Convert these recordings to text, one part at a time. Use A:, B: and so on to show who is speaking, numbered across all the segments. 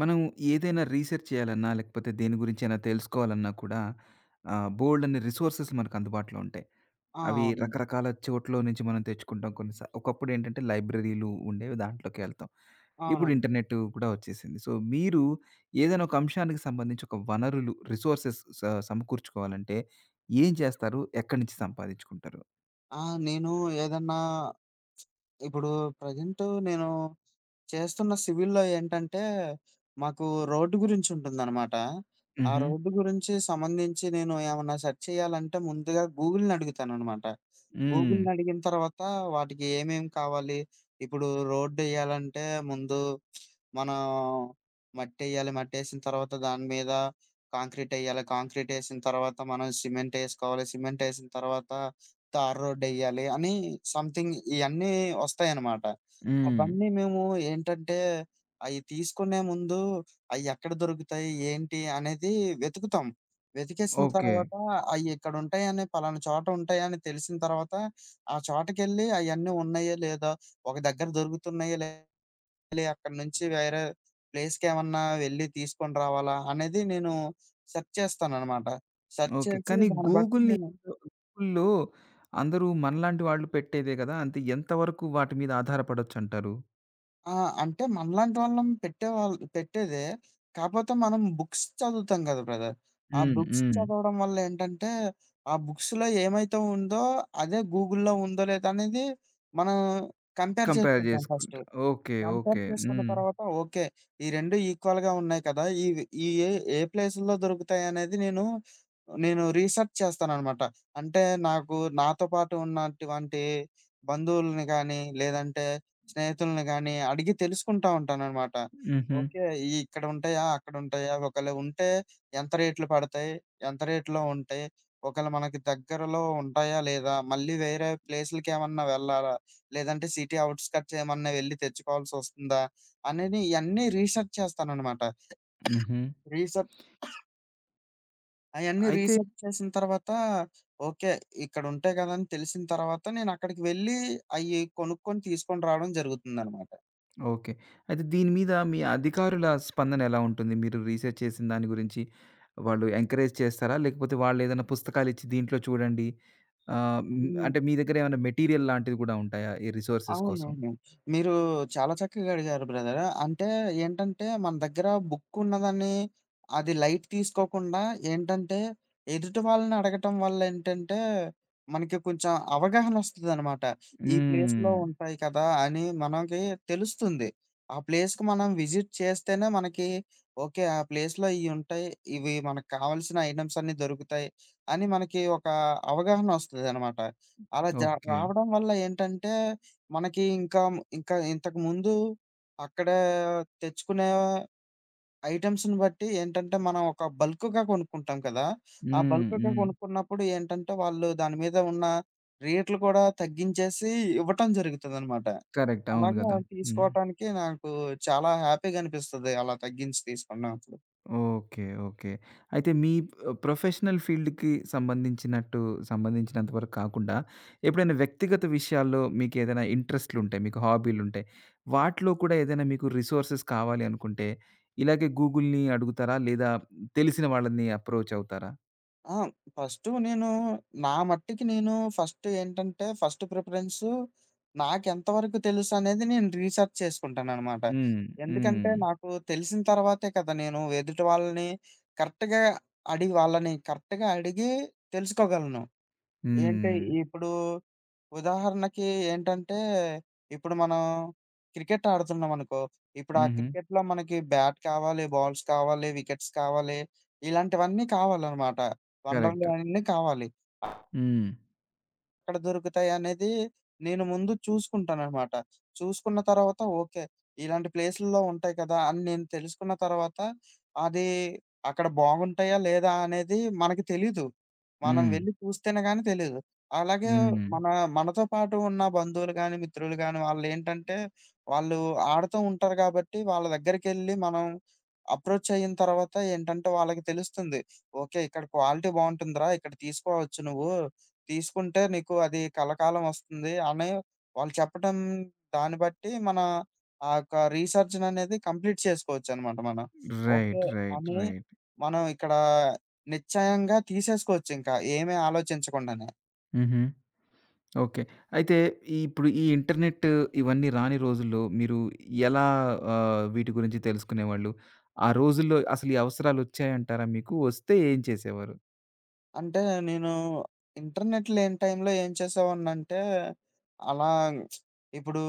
A: మనం ఏదైనా రీసెర్చ్ చేయాలన్నా, లేకపోతే దేని గురించైనా తెలుసుకోవాలన్నా కూడా బోలెడన్ని రిసోర్సెస్ మనకు అందుబాటులో ఉంటాయి.
B: ఆ!
A: అవి
B: అవునండి.
A: రకరకాల చోట్ల నుంచి మనం తెచ్చుకుంటాం. ఒకప్పుడేంటంటే లైబ్రరీలు ఉండేవి, దాంట్లోకే వెళ్తాం. ఇప్పుడు
B: అవునండి.
A: ఇంటర్నెట్ కూడా వచ్చేసింది. సో, మీరు ఏదైనా ఒక అంశానికి సంబంధించి ఒక వనరులు, రిసోర్సెస్ సమకూర్చుకోవాలంటే ఏం చేస్తారు? ఎక్కడి నుంచి సంపాదించుకుంటారు?
B: ఆ! నేను ఏదన్నా ఇప్పుడు ప్రెజెంట్ నేను చేస్తున్న సివిల్‌లో ఏంటంటే, మాకు రోడ్డు గురించుంటుందనమాట. ఆ
A: హుహు.
B: రోడ్డు గురించి సంబంధించి నేను ఏమన్నా సెర్చ్ చేయాలంటే ముందుగా గూగుల్‌ని అడుగుతాననమాట.
A: హ్మ్.
B: గూగుల్‌ని అడిగిన తర్వాత వాటికి ఏమేమి కావాలి? ఇప్పుడు రోడ్డెయ్యాలంటే ముందు మనం మట్టెయ్యాలి. మట్టేసిన తర్వాత దాని మీద కాంక్రీటెయ్యాలి. కాంక్రీటేసిన తర్వాత మనం సిమెంటేసుకోవాలి. సిమెంటేసిన తర్వాత తార్ రోడ్డెయ్యాలి అని సంథింగ్ ఇయన్నీ ఒస్తాయనమాట.
A: హ్మ్.
B: అవన్నీ మేము ఏంటంటే, అయి తీసుకునే ముందు అయ్యెక్కడ దొరుకుతాయి? ఏంటి? అనేది వెతుకుతాం. వెతికేసిన
A: ఓకే.
B: తర్వాత అయ్యిక్కడుంటాయని పలానా చోట ఉంటాయని తెలిసిన తర్వాత, ఆ చోటకెళ్ళి అయన్నీ ఉన్నాయో లేదో, ఒక దగ్గర దొరుకుతున్నాయో లే అక్కడి నుంచి వేరే ప్లేస్‌కేమన్నా వెళ్లి తీసుకొని రావాలా? అనేది నేను సెర్చ్ చేస్తాననమాట. Search
A: okay.
B: చేసి
A: కానీ
B: దాన్ని బట్టి
A: గూగుల్‌ని
B: నేను
A: గూగుల్‌లో అందరూ మనలాంటి వాళ్ళు పెట్టేదే గదా! అంటే ఎంత వరకు వాటి మీద ఆధారపడొచ్చంటారు?
B: ఆ! అంటే మనలాంటి వాళ్ళం పెట్టేవాళ్ళు పెట్టేదే. కాపోతే మనం బుక్స్ చదువుతాం గదా బ్రదర్! ఆ
A: హ్మ్.
B: బుక్స్
A: హ్మ్.
B: చదవడం వల్ల ఏంటంటే, ఆ బుక్స్‌లో ఏమైతే ఉందో అదే గూగుల్‌లో ఉందో లేదో అనేది మనం కంపేర్
A: కంపేర్
B: చేసుకుంటాం ఫస్టు.
A: జేసుకుంటా. ఓకే.
B: Compare
A: okay.
B: చేసుకున్న
A: హ్మ్.
B: తర్వాత ఓకే. ఈ 2 ఈక్వల్‌గా ఉన్నాయి కదా! ఇవి ఈ ఏ, ఏ ప్లేసుల్లో దొరుకుతాయనేది నేను రీసెర్చ్ చేస్తాననమాట. అంటే నాకు నాతో పాటు ఉన్నటువంటి బంధువులని గానీ, లేదంటే స్నేహితులని గానీ అడిగి తెలుసుకుంటా ఉంటాననమాట.
A: హుహు.
B: ఓకే. ఈ ఇక్కడుంటాయా? అక్కడుంటాయా? ఒకవేళ ఉంటే ఎంత రేట్లు పడతాయి? ఎంత రేటులో ఉంటాయి? ఒకవేళ మనకి దగ్గరలో ఉంటాయా? లేదా? మళ్ళీ వేరే ప్లేసులకేమన్నా వెళ్ళాలా? లేదంటే సిటీ ఔట్‌స్కట్స్ ఏమన్నా వెళ్లి తెచ్చుకోవాల్సొస్తుందా? అనేది ఇయన్నీ రీసెర్చ్ చేస్తాననమాట.
A: హుహు.
B: రీసెర్చ్ అయన్నీ
A: అయితే
B: రీసెర్చ్ చేసిన తర్వాత ఓకే. ఇక్కడుంటాయి కదా! అని తెలిసిన తర్వాత నేనక్కడికి వెళ్లి అయి కొనుక్కొని తీసుకొని రావడం జరుగుతుందనమాట.
A: ఓకే. అయితే దీని మీద మీ అధికారుల స్పందన ఎలా ఉంటుంది? మీరు రీసెర్చ్ చేసిన దాని గురించి వాళ్ళు ఎంకరేజ్ చేస్తారా? లేకపోతే వాళ్ళేదైనా పుస్తకాలిచ్చి దీంట్లో చూడండి హ్మ్.
B: హ్మ్.
A: అంటే మీ దగ్గర ఏమైనా మెటీరియల్ లాంటివి గూడా ఉంటాయా? ఈ రిసోర్సెస్ కోసం?
B: అవునవును. మీరు చాలా చక్కగా అడిగారు బ్రదర్. అంటే ఏంటంటే, మన దగ్గర బుక్ ఉన్నదని అది లైట్ తీసుకోకుండా ఏంటంటే, ఎదుటి వాళ్ళని అడగటం వల్ల ఏంటంటే, మనకి కొంచెం అవగాహనొస్తదనమాట. ఈ ప్లేస్‌లో
A: హ్మ్.
B: ఉంటాయి కదా! అని మనకి తెలుస్తుంది. ఆ ప్లేస్‌కి మనం విజిట్ చేస్తేనే మనకి ఓకే. ఆ ప్లేస్‌లో ఇయుంటాయి. ఇవి ఉంటాయి, ఇవి మనకు కావాల్సిన ఐటెమ్స్ అన్నీ దొరుకుతాయి. అని మనకి ఒక అవగాహనొస్తదనమాట. అలా జ
A: ఓకే.
B: రావడం వల్ల ఏంటంటే మనకి ఇంకా ఇంకా ఇంతకుముందు అక్కడ తెచ్చుకునే ఐటెమ్స్‌ని బట్టి ఏంటంటే, మనం ఒక బల్క్‌గా కొనుక్కుంటాం కదా! ఆ
A: హ్మ్.
B: బల్క్‌గా
A: హ్మ్.
B: కొనుక్కున్నప్పుడు ఏంటంటే, వాళ్ళు దాని మీద ఉన్న రేట్లు కూడా తగ్గించేసి ఇవ్వటం జరుగుతదనమాట.
A: కరెక్ట్. అవును
B: అలాగే
A: గదా!
B: అవి
A: హ్మ్.
B: తీసుకోవటానికి నాకు చాలా హ్యాపీగా అనిపిస్తది అలా తగ్గించి తీసుకున్నప్పుడు.
A: ఓకే. ఓకే. అయితే మీ ప్రొఫెషనల్ ఫీల్డ్‌కి సంబంధించినట్టు సంబంధించినంత వరకు కాకుండా, ఎప్పుడైనా వ్యక్తిగత విషయాల్లో మీకేదైనా ఇంట్రెస్ట్‌లుంటాయి, మీకు హాబీలుంటాయి. వాటిలో కూడా ఏదైనా మీకు రిసోర్సెస్ కావాలి అనుకుంటే, ఇలాగే గూగుల్‌ని అడుగుతారా? లేదా తెలిసిన వాళ్ళని అప్రోచ్ అవుతారా?
B: ఆ! ఫస్టు నేను నా మట్టికి నేను ఫస్ట్ ఏంటంటే, ఫస్ట్ ప్రిఫరెన్స్ నాకెంత వరకు తెలుసనేది నేను రీసెర్చ్ చేసుకుంటాననమాట.
A: హ్మ్. హ్మ్.
B: ఎందుకంటే, నాకు తెలిసిన తర్వాతే కదా నేను ఎదుటి వాళ్ళని కరెక్ట్‌గా అడిగి వాళ్ళని కరెక్ట్‌గా అడిగి తెలుసుకోగలను. ఏంటి
A: హ్మ్.
B: ఇప్పుడు ఉదాహరణకి ఏంటంటే, ఇప్పుడు మనం క్రికెట్ ఆడుతున్నామనుకో, ఇప్పుడు ఆ
A: హుహు.
B: క్రికెట్‌లో మనకి బ్యాట్ కావాలి, బాల్స్ కావాలి, వికెట్స్ కావాలి, ఇలాంటివన్నీ కావాలనమాట. వనరులు
A: కరెక్ట్.
B: అన్నీ కావాలి.
A: హ్మ్.
B: ఎక్కడ దొరుకుతాయనేది నేను ముందు చూసుకుంటాననమాట. చూసుకున్న తర్వాత ఓకే. ఇలాంటి ప్లేసుల్లో ఉంటాయి కదా! అని నేను తెలుసుకున్న తర్వాత అది అక్కడ బాగుంటాయా? లేదా? అనేది మనకి తెలీదు. మనం
A: హ్మ్.
B: వెళ్లి చూస్తేనే గాని తెలీదు. అలాగే
A: హ్మ్.
B: మన మనతో పాటు ఉన్న బంధువులు గాని, మిత్రులు గాని వాళ్ళేంటంటే వాళ్ళు ఆడుతూ ఉంటారు కాబట్టి వాళ్ళ దగ్గరికెళ్లి మనం అప్రోచ్ అయిన తర్వాత ఏంటంటే వాళ్ళకి తెలుస్తుంది. ఓకే. ఇక్కడ క్వాలిటీ బావుంటుందిరా! ఇక్కడ తీసుకోవచ్చు నువ్వు. తీసుకుంటే నీకు అది కలకాలం వస్తుంది అని వాళ్ళు చెప్పటం దాన్ని బట్టి మన ఆ యొక్క రీసెర్చ్‌ననేది కంప్లీట్ చేసుకోవచ్చనమాట మనం. ఓకే.
A: రైట్. రైట్.
B: అని
A: రైట్.
B: మనం ఇక్కడ నిశ్చయంగా తీసేసుకోవచ్చింకా ఏమీ ఆలోచించకుండానే.
A: హుహు. ఓకే. అయితే ఇప్పుడు ఈ ఇంటర్నెట్ ఇవన్నీ రాని రోజుల్లో మీరు ఎలా వీటి గురించి తెలుసుకునేవాళ్ళు? ఆ రోజుల్లో అసలు ఈ అవసరాలొచ్చాయంటారా మీకు? వస్తే ఏం చేసేవారు?
B: అంటే నేను ఇంటర్నెట్ లేని టైంలో ఏం చేసేవాడినంటే, అలా ఇప్పుడు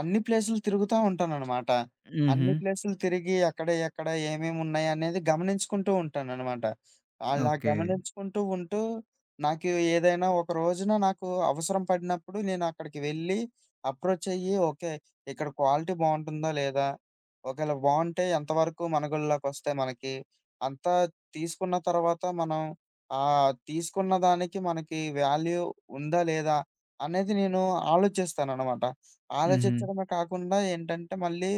B: అన్ని ప్లేసులు తిరుగుతా ఉంటాననమాట.
A: హుహు.
B: అన్ని ప్లేసులు తిరిగి అక్కడ, ఎక్కడ ఏమేమున్నాయనేది గమనించుకుంటూ ఉంటాననమాట. అలా
A: ఓకే.
B: గమనించుకుంటూ ఉంటూ, ఏదైనా ఒక రోజున నాకు అవసరం పడినప్పుడు నేనక్కడికి వెళ్ళి, అప్రోచ్ అయ్యి, ఓకే. ఇక్కడ క్వాలిటీ బావుంటుందా లేదా? ఒకేళ బావుంటే ఎంతవరకు మనుగడలోకొస్తాయి మనకి? అంతా తీసుకున్న తర్వాత మనం ఆ! తీసుకున్న దానికి మనకి వాల్యూ ఉందా? లేదా? అనేది నేను ఆలోచిస్తాననమాట.
A: హుహు.
B: ఆలోచించడమే కాకుండా ఏంటంటే మళ్ళీ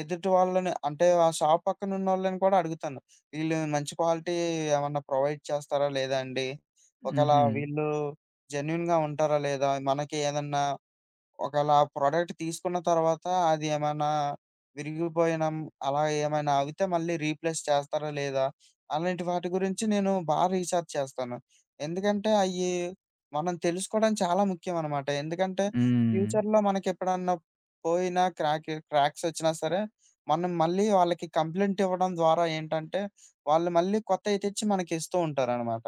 B: ఎదుటి వాళ్ళని అంటే ఆ షాప్ పక్కనున్నోళ్ళని కూడా అడుగుతాను. వీళ్ళు మంచి క్వాలిటీ ఏమన్నా ప్రొవైడ్ చేస్తారా? లేదా అండి? ఒకేళ
A: హుహు.
B: వీళ్ళు జెన్యూన్‌గా ఉంటారా? లేదా? మనకి ఏదన్నా ఒకవేళ ఆ ప్రొడక్ట్ తీసుకున్న తర్వాత అది ఏమైనా విరిగిపోయిన అలా ఏమైనా అవితే మళ్ళీ రీప్లేస్ చేస్తారా లేదా? అలాంటి వాటి గురించి నేను బాగా రీసెర్చ్ చేస్తాను. ఎందుకంటే అయ్యి మనం తెలుసుకోవడం చాలా ముఖ్యమనమాట. ఎందుకంటే
A: హ్మ్.
B: ఫ్యూచర్‌లో మనకెప్పుడన్నా పోయినా క్రాక్స్ వచ్చినా సరే, మనం మళ్ళీ వాళ్ళకి కంప్లెయింట్ ఇవ్వడం ద్వారా ఏంటంటే, వాళ్ళు మళ్ళీ కొత్తయి తెచ్చి మనకిస్తూ ఉంటారనమాట.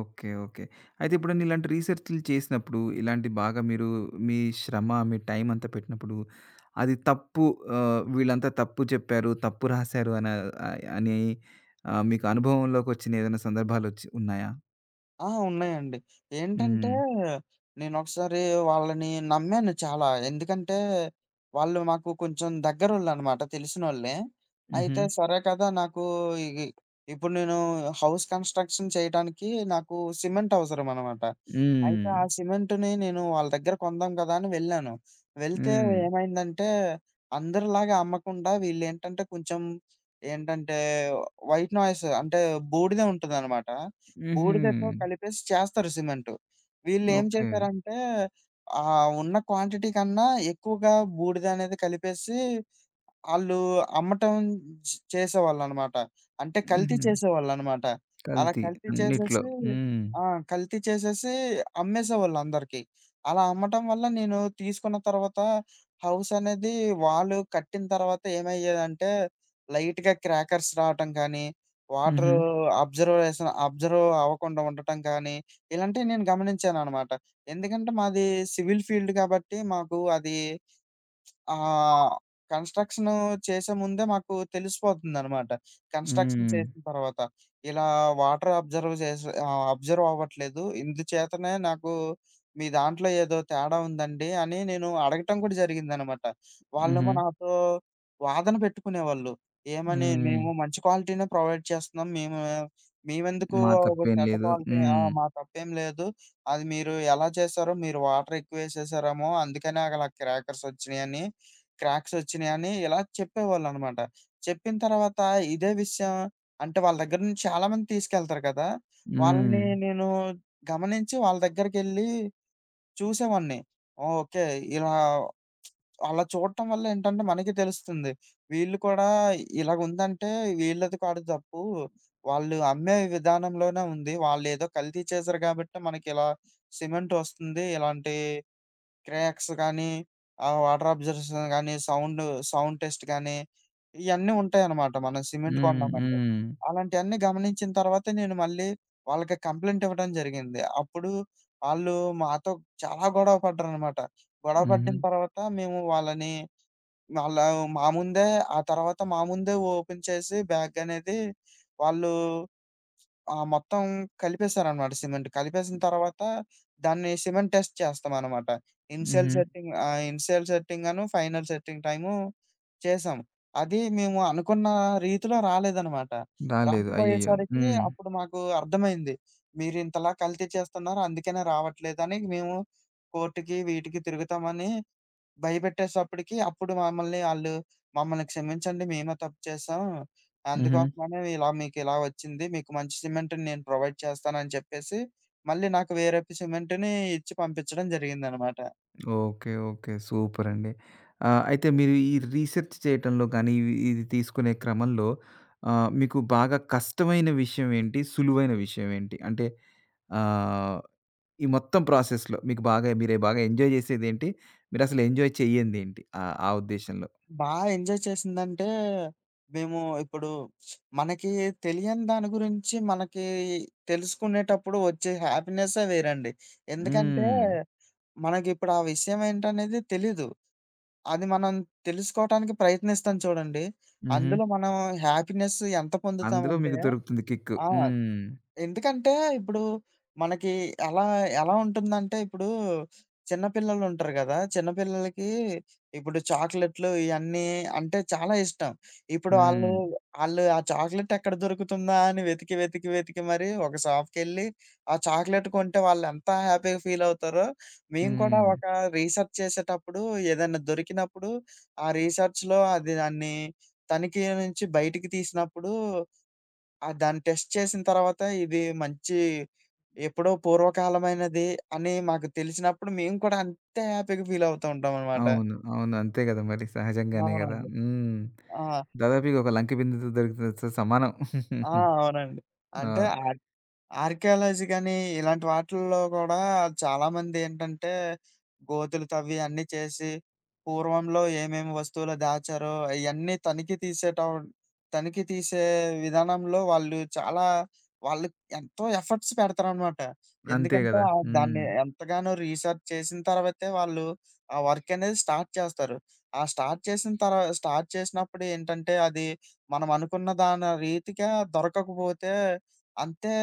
A: ఓకే. ఓకే. అయితే ఎప్పుడైనా ఇలాంటి రీసెర్చ్‌లు చేసినప్పుడు, ఇలాంటి బాగా మీరు మీ శ్రమ, మీ టైం అంతా పెట్టినప్పుడు, అది తప్పు వీళ్ళంతా తప్పు చెప్పారు, తప్పు రాసారు ఆహ్, అని మీకు అనుభవంలోకొచ్చిన ఏదైనా సందర్భాలొచ్చి ఉన్నాయా?
B: ఆ! ఉన్నాయండి. ఏంటంటే,
A: హ్మ్.
B: నేనొకసారి వాళ్ళని నమ్మాను చాలా. ఎందుకంటే, వాళ్ళు మాకు కొంచెం దగ్గరోళ్ళనమాట, తెలిసినోళ్ళే.
A: హుహు.
B: అయితే సరే కదా! నాకు ఇగి ఇప్పుడు నేను హౌస్ కన్‌స్ట్రక్షన్ చేయటానికి నాకు సిమెంట్ అవసరమనమాట. అయితే
A: హ్మ్.
B: ఆ సిమెంట్‌ని నేను వాళ్ళ దగ్గర కొందాం కదా! అని వెళ్ళాను. వెళ్తే
A: హ్మ్.
B: ఏమైందంటే, అందరిలాగా అమ్మకుండా వీళ్ళేంటంటే, కొంచెం ఏంటంటే, వైట్ నాయిస్ అంటే బూడిద ఉంటదనమాట.
A: హుహు.
B: బూడిదతో కలిపేసి చేస్తారు సిమెంటు. వీళ్ళేం
A: ఓకే.
B: చేశారంటే, ఆ ఉన్న క్వాంటిటీ కన్నా ఎక్కువగా బూడిదనేది కలిపేసి ఆళ్ళు అమ్మటం చేసేవాళ్ళనమాట. అంటే కల్తీ
A: హుహు.
B: చేసేవాళ్ళనమాట. అలా
A: కల్తీ
B: కల్తీ
A: అన్నిట్లో.
B: చేసేసి
A: హ్మ్.
B: ఆ! కల్తీ చేసేసి అమ్మేసేవాళ్ళు అందరికి. అలా అమ్మటం వల్ల నేను తీసుకున్న తర్వాత హౌస్ అనేది వాళ్ళు కట్టిన తర్వాత ఏమయ్యేదంటే లైట్‌గా క్రాకర్స్ రావటం కానీ,
A: హుహు.
B: వాటరు అబ్జర్వ్ అవ్వకుండా ఉండటం కానీ, ఇలాంటివి నేను గమనించాననమాట. ఎందుకంటే మాది సివిల్ ఫీల్డ్ కాబట్టి మాకు అది ఆహ్, కన్‌స్ట్రక్షను చేసే ముందే మాకు తెలిసిపోతుందనమాట. కన్‌స్ట్రక్షన్
A: హ్మ్.
B: చేసిన తర్వాత. ఇలా వాటర్ అబ్జర్వ్ చేసి అబ్జర్వ్ అవ్వట్లేదు. ఇందుచేతనే నాకు మీ దాంట్లో ఏదో తేడా ఉందండి అని నేను అడగటం కూడా జరిగిందనమాట.
A: హుహు.
B: వాళ్ళేమో నాతో వాదన పెట్టుకునేవాళ్ళు. ఏమని
A: హ్మ్.
B: మేము మంచి క్వాలిటీనే ప్రొవైడ్ చేస్తున్నాం. మేమెందుకు
A: మా
B: ఒక
A: తప్పేం
B: చెడ్డ
A: లేదు.
B: క్వాలిటీ ఆ!
A: హ్మ్.
B: మా తప్పేం లేదు. అది మీరు ఎలా చేశారో మీరు వాటర్ ఎక్కువేసేసారేమో అందుకనే అలా క్రాకర్స్ వచ్చినియని క్రాక్సొచ్చినియని ఇలా చెప్పేవాళ్ళనమాట. చెప్పిన తర్వాత ఇదే విషయం అంటే వాళ్ళ దగ్గర నుంచి చాలా మంది తీసుకెళ్తారు కదా!
A: హ్మ్.
B: వాళ్ళని నేను గమనించి వాళ్ళ దగ్గరికెళ్లి చూసేవాడిని. ఓకే. ఇలా అలా చూడటం వల్ల ఏంటంటే మనకి తెలుస్తుంది. వీళ్ళు కూడా ఇలాగుందంటే వీళ్ళది కాదు తప్పు. వాళ్ళు అమ్మే విధానంలోనే ఉంది. వాళ్ళేదో కల్తీ చేశారు కాబట్టి మనకిలా సిమెంటొస్తుంది. ఇలాంటి క్రాక్స్ గానీ, ఆ వాటర్ అబ్జర్షన్ గానీ, సౌండ్ సౌండ్ టెస్ట్ గానీ, ఇయన్నీ ఉంటాయన్నమాట మనం సిమెంట్
A: హ్మ్.
B: కొన్నామంటే.
A: హ్మ్.
B: అలాంటియన్నీ గమనించిన తర్వాత నేను మళ్ళీ వాళ్ళకి కంప్లెయింట్ ఇవ్వడం జరిగింది. అప్పుడు ఆళ్ళు మాతో చాలా గొడవ పడ్డారన్నమాట. గొడవ
A: హుహు.
B: పడిన తర్వాత మేము వాళ్ళని వాళ్ళ మా ముందే ఆ తర్వాత మా ముందే ఓపెన్ చేసి బ్యాగ్ అనేది వాళ్ళు ఆ! మొత్తం కలిపేశారనమాట సిమెంట్. కలిపేసిన తర్వాత దాన్ని సిమెంట్ టెస్ట్ చేస్తామనమాట.
A: హుహు.
B: ఇనిషియల్ సెట్టింగ్ అను, ఫైనల్ సెట్టింగ్ టైము చేశాం. అది మేము అనుకున్న రీతిలో రాలేదనమాట.
A: రాలేదు. అయ్యయ్యో!
B: రాకపోయేసరికి
A: హ్మ్.
B: అప్పుడు మాకు అర్థమైంది. మీరింతలా కల్తీ చేస్తున్నారు అందుకనే రావట్లేదని మేము కోర్ట్‌కి వీటికి తిరుగుతామని భయపెట్టేసప్పటికి అప్పుడు మమ్మల్ని క్షమించండి మేమే తప్పు చేశాం.
A: హుహు.
B: అందుకోసమనే ఇలా మీకిలా వచ్చింది. మీకు మంచి సిమెంట్‌ని నేను ప్రొవైడ్ చేస్తానని చెప్పేసి, మళ్ళీ నాకు వేరే సిమెంట్‌ని ఇచ్చి పంపించడం జరిగిందనమాట.
A: ఓకే. ఓకే. సూపరండి. అయితే మీరు ఈ రీసెర్చ్ చేయటంలో గానీ, ఇది తీసుకునే క్రమంలో మీకు బాగా కష్టమైన విషయం ఏంటి? సులువైన విషయం ఏంటి? అంటే ఆహ్, ఈ మొత్తం ప్రాసెస్‌లో మీకు బాగా మీరు బాగా ఎంజాయ్ చేసేదేంటి? మీరసలు ఎంజాయ్ చెయ్యందేంటి? ఆ ఉద్దేశంలో?
B: బా ఎంజాయ్ చేసిందంటే, మేము ఇప్పుడు మనకి తెలియని దాని గురించి మనకి తెలుసుకునేటప్పుడు వచ్చే హ్యాపీనెస్సే వేరండి. ఎందుకంటే,
A: హ్మ్.
B: మనకిప్పుడు ఆ విషయం ఏంటనేది తెలీదు. అది మనం తెలుసుకోవటానికి ప్రయత్నిస్తాం చూడండి.
A: హుహు.
B: అందులో మనం హ్యాపీనెస్ ఎంత
A: అందులో
B: పొందుతామంటే
A: మీకు దొరుకుతుంది కిక్కు.
B: ఆ!
A: హ్మ్.
B: ఎందుకంటే ఇప్పుడు మనకి ఎలా ఎలా ఉంటుందంటే ఇప్పుడు చిన్న పిల్లలుంటారు గదా! చిన్న పిల్లలకి ఇప్పుడు చాక్లెట్లు ఇయన్నీ అంటే చాలా ఇష్టం. ఇప్పుడు ఆళ్ళు,
A: హ్మ్.
B: ఆళ్ళు ఆ చాక్లెట్ ఎక్కడ దొరుకుతుందా అని వెతికి మరి ఒక షాప్‌కెళ్ళి ఆ చాక్లెట్ కొంటే వాళ్ళెంత హ్యాపీగా ఫీలవుతారో, మేము కూడా
A: హ్మ్.
B: ఒక రీసెర్చ్ చేసేటప్పుడు ఏదైనా దొరికినప్పుడు ఆ రీసెర్చ్‌లో దాన్ని తనిఖీ నుంచి బయటికి తీసినప్పుడు ఆ! దాన్ని టెస్ట్ చేసిన తర్వాత ఇది మంచి ఎప్పుడో పూర్వకాలమైనది అని మాకు తెలిసినప్పుడు మేము కూడా అంతే హ్యాపీ‌గా ఫీల్ అవుతూ ఉంటామనమాట.
A: అవును. అవును. అంతే గదా! మరి సహజంగానే గదా!
B: అవునండి.
A: హ్మ్.
B: ఆ!
A: దాదాపు ఇగ ఒక లంక బిందెతో దొరికినంత సమానం.
B: ఆ! అవునండి. అంటే
A: ఆ!
B: ఆ ఆర్కియాలజీ గాని, ఇలాంటి వాటిల్లో గూడా చాలామందేంటంటే, గోతులు తవ్వి అన్నీ చేసి, పూర్వంలో ఏమేమి వస్తువులు దాచారో, అయన్నీ తనిఖీ తీసే విధానంలో వాళ్ళు ఎంతో ఎఫర్ట్స్ పెడతారనమాట.
A: అంతే
B: ఎందుకంటే,
A: గదా!
B: దాన్ని
A: హ్మ్.
B: ఎంతగానో రీసెర్చ్ చేసిన తర్వాతే వాళ్ళు ఆ వర్క్ అనేది స్టార్ట్ చేస్తారు. ఆ స్టార్ట్ చేసిన తర్వా స్టార్ట్ చేసినప్పుడు ఏంటంటే, అది మనం అనుకున్న దాని రీతిగా దొరకకపోతే అంతే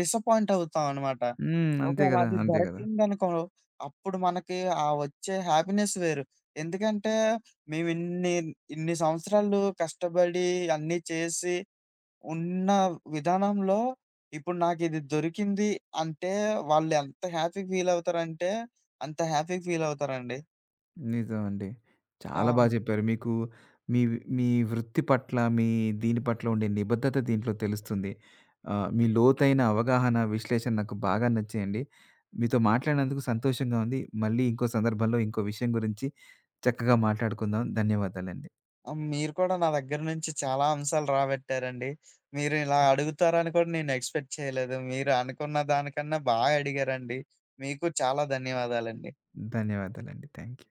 B: డిసప్పాయింట్ అవుతాం అనమాట.
A: హ్మ్. అంతే
B: ఒకవేళ
A: గదా!
B: అది
A: అంతే గదా!
B: దొరికిందనుకో, అప్పుడు మనకి ఆ వచ్చే హ్యాపీనెస్ వేరు. ఎందుకంటే మేమిన్ని ఇన్ని ఇన్ని సంవత్సరాలు కష్టపడి అన్నీ చేసి ఉన్న విధానంలో ఇప్పుడు నాకిది దొరికింది అంటే వాళ్ళెంత హ్యాపీ ఫీలవుతారంటే, అంత హ్యాపీ ఫీలవుతారండి.
A: నిజం అండి. చాలా బా
B: అవును.
A: జెప్పారు. మీకు మీ మీ వృత్తి పట్ల, మీ దీని పట్ల ఉండే నిబద్ధత దీంట్లో తెలుస్తుంది. మీ లోతైన అవగాహన, విశ్లేషణ నాకు బాగా నచ్చాయండి. మీతో మాట్లాడినందుకు సంతోషంగా ఉంది. మళ్ళీ ఇంకో సందర్భంలో, ఇంకో విషయం గురించి చక్కగా మాట్లాడుకుందాం. ధన్యవాదాలండి.
B: ఆ! మీరు కూడా నా దగ్గర నుంచి చాలా అంశాలు రాబట్టారండి. మీరు ఇలా అడుగుతారని కూడా నేను ఎక్స్‌పెక్ట్ చేయలేదు. మీరు అనుకున్న దానికన్నా బా అడిగారండి. మీకు చాలా ధన్యవాదాలండి.
A: ధన్యవాదాలండి. థాంక్స్.